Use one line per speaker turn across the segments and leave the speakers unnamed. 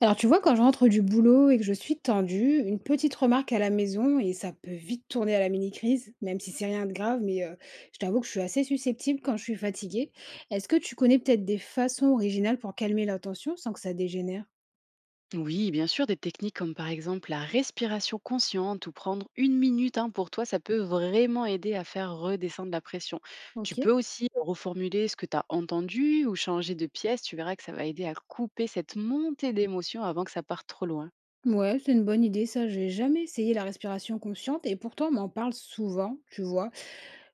Alors tu vois, quand je rentre du boulot et que je suis tendue, une petite remarque à la maison et ça peut vite tourner à la mini-crise, même si c'est rien de grave, mais je t'avoue que je suis assez susceptible quand je suis fatiguée. Est-ce que tu connais peut-être des façons originales pour calmer la tension sans que ça dégénère?
Oui, bien sûr, des techniques comme par exemple la respiration consciente ou prendre une minute, hein, pour toi, ça peut vraiment aider à faire redescendre la pression. Tu
Ok.
peux aussi reformuler ce que tu as entendu ou changer de pièce, tu verras que ça va aider à couper cette montée d'émotion avant que ça parte trop loin.
Ouais, c'est une bonne idée, ça. J'ai jamais essayé la respiration consciente et pourtant on m'en parle souvent, tu vois.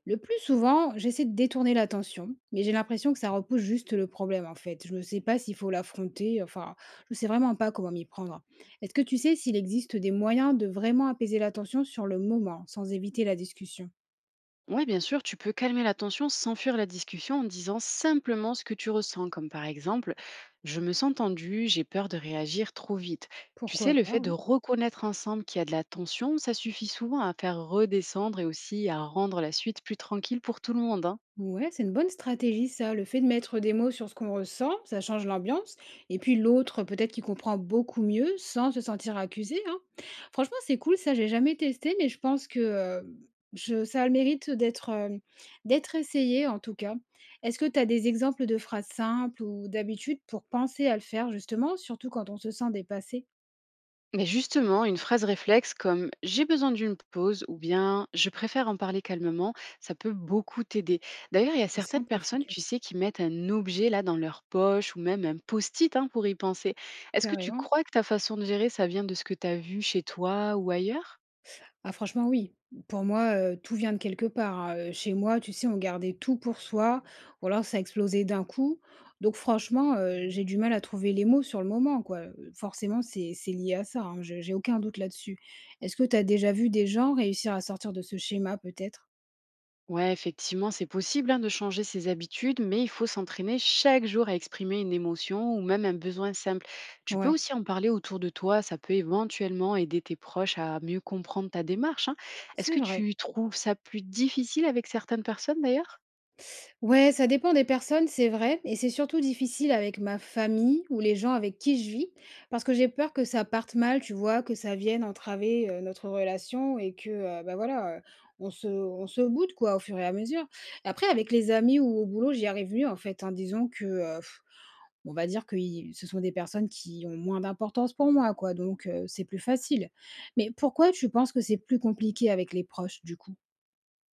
Le plus souvent, j'essaie de détourner l'attention, mais j'ai l'impression que ça repousse juste le problème en fait. Je ne sais pas s'il faut l'affronter, enfin, je ne sais vraiment pas comment m'y prendre. Est-ce que tu sais s'il existe des moyens de vraiment apaiser l'attention sur le moment, sans éviter la discussion?
Oui, bien sûr, tu peux calmer la tension sans fuir la discussion en disant simplement ce que tu ressens, comme par exemple: «Je me sens tendu, j'ai peur de réagir trop vite.» Tu
Pourquoi
sais, le
pas
fait
ouais.
de reconnaître ensemble qu'il y a de la tension, ça suffit souvent à faire redescendre et aussi à rendre la suite plus tranquille pour tout le monde, hein.
Ouais, c'est une bonne stratégie ça, le fait de mettre des mots sur ce qu'on ressent, ça change l'ambiance, et puis l'autre peut-être qu'il comprend beaucoup mieux sans se sentir accusé, hein. Franchement, c'est cool, ça j'ai jamais testé, mais je pense que ça a le mérite d'être d'être essayé en tout cas. Est-ce que tu as des exemples de phrases simples ou d'habitude pour penser à le faire justement, surtout quand on se sent dépassé?
Mais justement, une phrase réflexe comme «j'ai besoin d'une pause» ou bien «je préfère en parler calmement», ça peut beaucoup t'aider. D'ailleurs, il y a
C'est
certaines
simple et
personnes, tu
efficace,
sais, qui mettent un objet là dans leur poche ou même un post-it, hein, pour y penser. Est-ce que tu
carrément.
crois que ta façon de gérer, ça vient de ce que tu as vu chez toi ou ailleurs?
Ah franchement oui. Pour moi, tout vient de quelque part, hein, chez moi, tu sais, on gardait tout pour soi ou alors ça explosait d'un coup. Donc franchement, j'ai du mal à trouver les mots sur le moment, quoi. Forcément, c'est lié à ça, hein, je j'ai aucun doute là-dessus. Est-ce que tu as déjà vu des gens réussir à sortir de ce schéma peut-être?
Ouais, effectivement, c'est possible, hein, de changer ses habitudes, mais il faut s'entraîner chaque jour à exprimer une émotion ou même un besoin simple. Tu peux
Ouais,
aussi en parler autour de toi, ça peut éventuellement aider tes proches à mieux comprendre ta démarche, hein. Est-ce
c'est
que
vrai.
tu trouves ça plus difficile avec certaines personnes d'ailleurs?
Ouais, ça dépend des personnes, c'est vrai, et c'est surtout difficile avec ma famille ou les gens avec qui je vis, parce que j'ai peur que ça parte mal, tu vois, que ça vienne entraver notre relation et que, bah voilà, on se boude, quoi, au fur et à mesure. Après, avec les amis ou au boulot, j'y arrive mieux, en fait, hein, disons que, pff, on va dire que ce sont des personnes qui ont moins d'importance pour moi, quoi, donc c'est plus facile. Mais pourquoi tu penses que c'est plus compliqué avec les proches, du coup?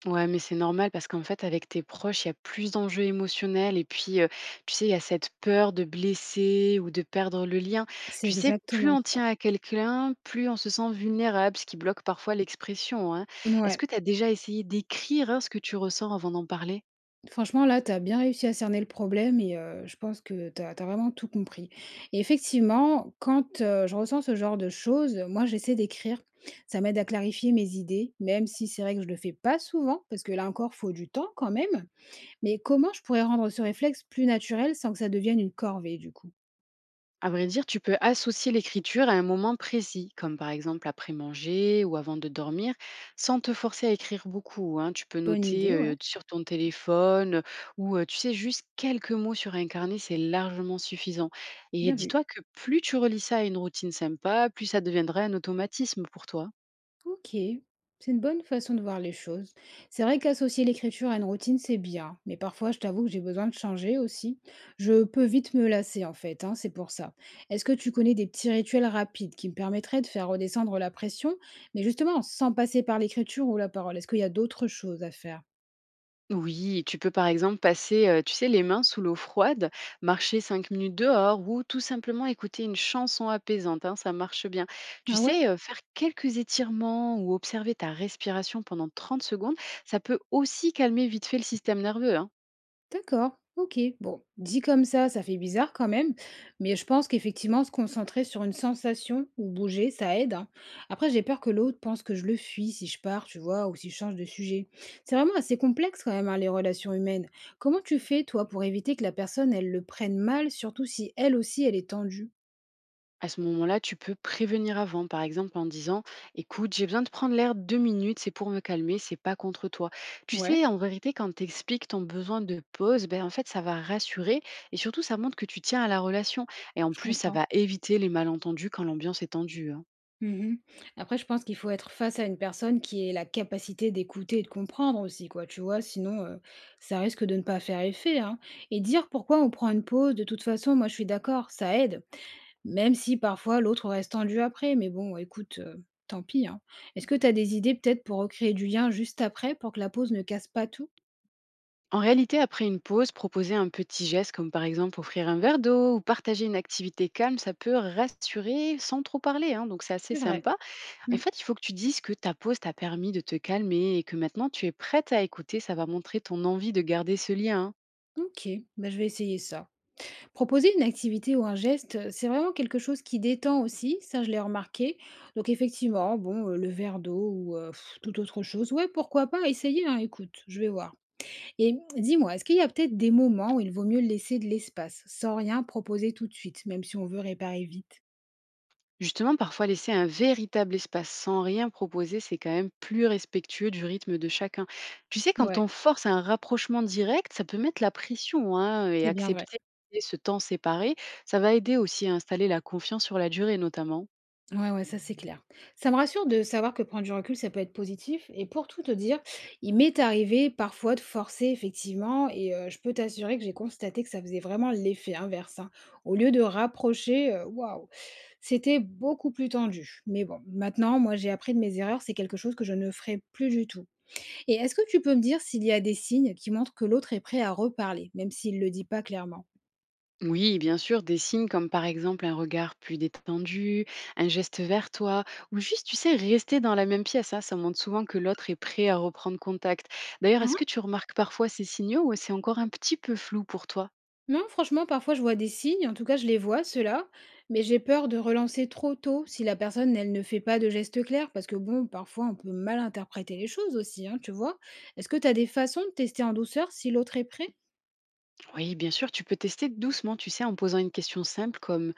Ouais, mais c'est normal parce qu'en fait, avec tes proches, il y a plus d'enjeux émotionnels et puis, tu sais, il y a cette peur de blesser ou de perdre le lien.
C'est
Tu sais, plus
exactement
on
ça.
tient à quelqu'un, plus on se sent vulnérable, ce qui bloque parfois l'expression, hein. Est-ce
Ouais.
que tu as déjà essayé d'écrire, hein, ce que tu ressens avant d'en parler?
Franchement, là, tu as bien réussi à cerner le problème et je pense que tu as vraiment tout compris et effectivement, quand je ressens ce genre de choses, moi, j'essaie d'écrire. Ça m'aide à clarifier mes idées, même si c'est vrai que je le fais pas souvent parce que là encore, faut du temps quand même. Mais comment je pourrais rendre ce réflexe plus naturel sans que ça devienne une corvée, du coup?
À vrai dire, tu peux associer l'écriture à un moment précis, comme par exemple après manger ou avant de dormir, sans te forcer à écrire beaucoup, hein. Tu peux
Bonne
noter
idée, ouais,
sur ton téléphone ou tu sais, juste quelques mots sur un carnet, c'est largement suffisant. Et
bien vu.
dis-toi que plus tu relis ça à une routine sympa, plus ça deviendra un automatisme pour toi.
OK, c'est une bonne façon de voir les choses. C'est vrai qu'associer l'écriture à une routine, c'est bien, mais parfois, je t'avoue que j'ai besoin de changer aussi. Je peux vite me lasser, en fait, hein, c'est pour ça. Est-ce que tu connais des petits rituels rapides qui me permettraient de faire redescendre la pression, mais justement sans passer par l'écriture ou la parole? Est-ce qu'il y a d'autres choses à faire?
Oui, tu peux par exemple passer, tu sais, les mains sous l'eau froide, marcher 5 minutes dehors ou tout simplement écouter une chanson apaisante, hein, ça marche bien. Tu
Ah ouais?
sais, faire quelques étirements ou observer ta respiration pendant 30 secondes, ça peut aussi calmer vite fait le système nerveux, hein.
D'accord, OK. Bon, dit comme ça fait bizarre quand même, mais je pense qu'effectivement, se concentrer sur une sensation ou bouger, ça aide, hein. Après, j'ai peur que l'autre pense que je le fuis si je pars, tu vois, ou si je change de sujet. C'est vraiment assez complexe quand même, hein, les relations humaines. Comment tu fais, toi, pour éviter que la personne, elle le prenne mal, surtout si elle aussi, elle est tendue?
À ce moment-là, tu peux prévenir avant, par exemple en disant: «Écoute, j'ai besoin de prendre l'air 2 minutes, c'est pour me calmer, c'est pas contre toi.» Tu
Ouais,
sais, en vérité, quand tu expliques ton besoin de pause, ben, en fait, ça va rassurer et surtout, ça montre que tu tiens à la relation. Et en
je
plus, ça
comprends.
va éviter les malentendus quand l'ambiance est tendue, hein.
Mmh. Après, je pense qu'il faut être face à une personne qui ait la capacité d'écouter et de comprendre aussi, quoi, tu vois? Sinon, ça risque de ne pas faire effet, hein, et dire pourquoi on prend une pause, de toute façon, moi, je suis d'accord, ça aide, même si parfois l'autre reste tendu après, mais bon, écoute, tant pis, hein. Est-ce que tu as des idées peut-être pour recréer du lien juste après, pour que la pause ne casse pas tout?
En réalité, après une pause, proposer un petit geste comme par exemple offrir un verre d'eau ou partager une activité calme, ça peut rassurer sans trop parler, hein, donc c'est assez
C'est vrai.
sympa. En
Mmh.
fait, il faut que tu dises que ta pause t'a permis de te calmer et que maintenant tu es prête à écouter, ça va montrer ton envie de garder ce lien, hein.
OK, bah, je vais essayer ça. Proposer une activité ou un geste, c'est vraiment quelque chose qui détend aussi, ça je l'ai remarqué. Donc effectivement, bon, le verre d'eau ou toute autre chose, ouais, pourquoi pas essayer, hein, écoute, je vais voir. Et dis-moi, est-ce qu'il y a peut-être des moments où il vaut mieux laisser de l'espace, sans rien proposer tout de suite, même si on veut réparer vite?
Justement, parfois laisser un véritable espace sans rien proposer, c'est quand même plus respectueux du rythme de chacun. Tu sais, quand
Ouais,
on force un rapprochement direct, ça peut mettre la pression, hein, et
c'est bien vrai.
accepter ce temps séparé, ça va aider aussi à installer la confiance sur la durée notamment.
Ouais, ouais, ça c'est clair. Ça me rassure de savoir que prendre du recul, ça peut être positif. Et pour tout te dire, il m'est arrivé parfois de forcer, effectivement, et je peux t'assurer que j'ai constaté que ça faisait vraiment l'effet inverse, hein. Au lieu de rapprocher, waouh, c'était beaucoup plus tendu. Mais bon, maintenant, moi j'ai appris de mes erreurs, c'est quelque chose que je ne ferai plus du tout. Et est-ce que tu peux me dire s'il y a des signes qui montrent que l'autre est prêt à reparler, même s'il ne le dit pas clairement?
Oui, bien sûr, des signes comme par exemple un regard plus détendu, un geste vers toi, ou juste, tu sais, rester dans la même pièce, hein, ça montre souvent que l'autre est prêt à reprendre contact. D'ailleurs, est-ce que tu remarques parfois ces signaux ou c'est encore un petit peu flou pour toi?
Non, franchement, parfois je vois des signes, en tout cas je les vois, ceux-là, mais j'ai peur de relancer trop tôt si la personne, elle ne fait pas de gestes clairs, parce que bon, parfois on peut mal interpréter les choses aussi, hein, tu vois. Est-ce que tu as des façons de tester en douceur si l'autre est prêt?
Oui, bien sûr, tu peux tester doucement, tu sais, en posant une question simple comme: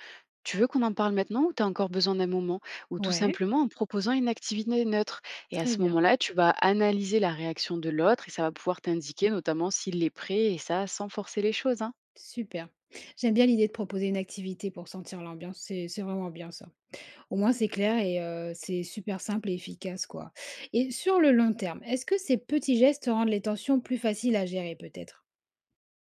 «Tu veux qu'on en parle maintenant ou tu as encore besoin d'un moment?» Ou tout
Ouais,
simplement en proposant une activité neutre. Et à
très
ce
bien,
moment-là, tu vas analyser la réaction de l'autre et ça va pouvoir t'indiquer notamment s'il est prêt, et ça sans forcer les choses, hein.
super. J'aime bien l'idée de proposer une activité pour sentir l'ambiance, c'est vraiment bien ça. Au moins c'est clair et c'est super simple et efficace, quoi. Et sur le long terme, est-ce que ces petits gestes rendent les tensions plus faciles à gérer peut-être?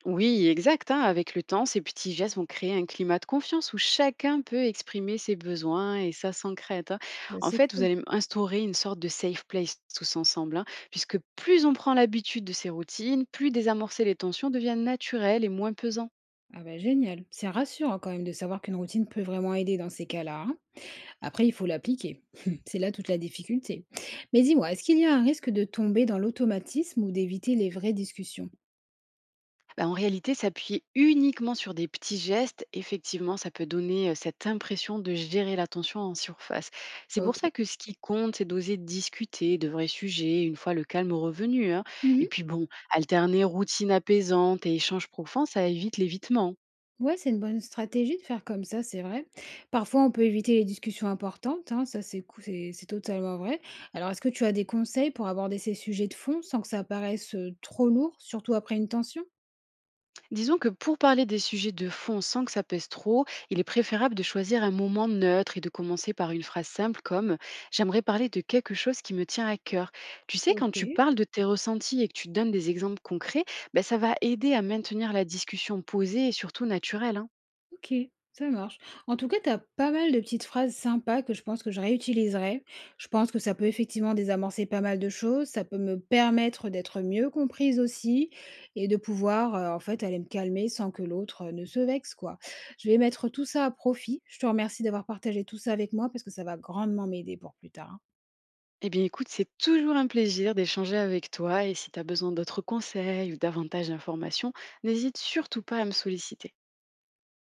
Oui, exact, hein. Avec le temps, ces petits gestes vont créer un climat de confiance où chacun peut exprimer ses besoins et ça s'ancrète, hein.
Bah,
En
c'est
fait, vous
cool.
allez instaurer une sorte de safe place tous ensemble, hein, puisque plus on prend l'habitude de ces routines, plus désamorcer les tensions devient naturel et moins pesant.
Ah bah génial, c'est rassurant quand même de savoir qu'une routine peut vraiment aider dans ces cas-là, hein. Après, il faut l'appliquer. C'est là toute la difficulté. Mais dis-moi, est-ce qu'il y a un risque de tomber dans l'automatisme ou d'éviter les vraies discussions?
Bah, en réalité, s'appuyer uniquement sur des petits gestes, effectivement, ça peut donner cette impression de gérer l'attention en surface. C'est pour
Ok.
ça que ce qui compte, c'est d'oser discuter de vrais sujets une fois le calme revenu, hein. Et
Mhm.
puis bon, alterner routine apaisante et échange profond, ça évite l'évitement.
Ouais, c'est une bonne stratégie de faire comme ça, c'est vrai. Parfois, on peut éviter les discussions importantes, hein, ça c'est totalement vrai. Alors, est-ce que tu as des conseils pour aborder ces sujets de fond sans que ça paraisse trop lourd, surtout après une tension?
Disons que pour parler des sujets de fond sans que ça pèse trop, il est préférable de choisir un moment neutre et de commencer par une phrase simple comme: «J'aimerais parler de quelque chose qui me tient à cœur.» Tu sais, quand
Ok.
tu parles de tes ressentis et que tu donnes des exemples concrets, ben, ça va aider à maintenir la discussion posée et surtout naturelle, hein.
OK, ça marche. En tout cas, tu as pas mal de petites phrases sympas que je pense que je réutiliserai. Je pense que ça peut effectivement désamorcer pas mal de choses, ça peut me permettre d'être mieux comprise aussi et de pouvoir, en fait, aller me calmer sans que l'autre, ne se vexe, quoi. Je vais mettre tout ça à profit. Je te remercie d'avoir partagé tout ça avec moi parce que ça va grandement m'aider pour plus tard, hein.
Eh bien écoute, c'est toujours un plaisir d'échanger avec toi et si tu as besoin d'autres conseils ou davantage d'informations, n'hésite surtout pas à me solliciter.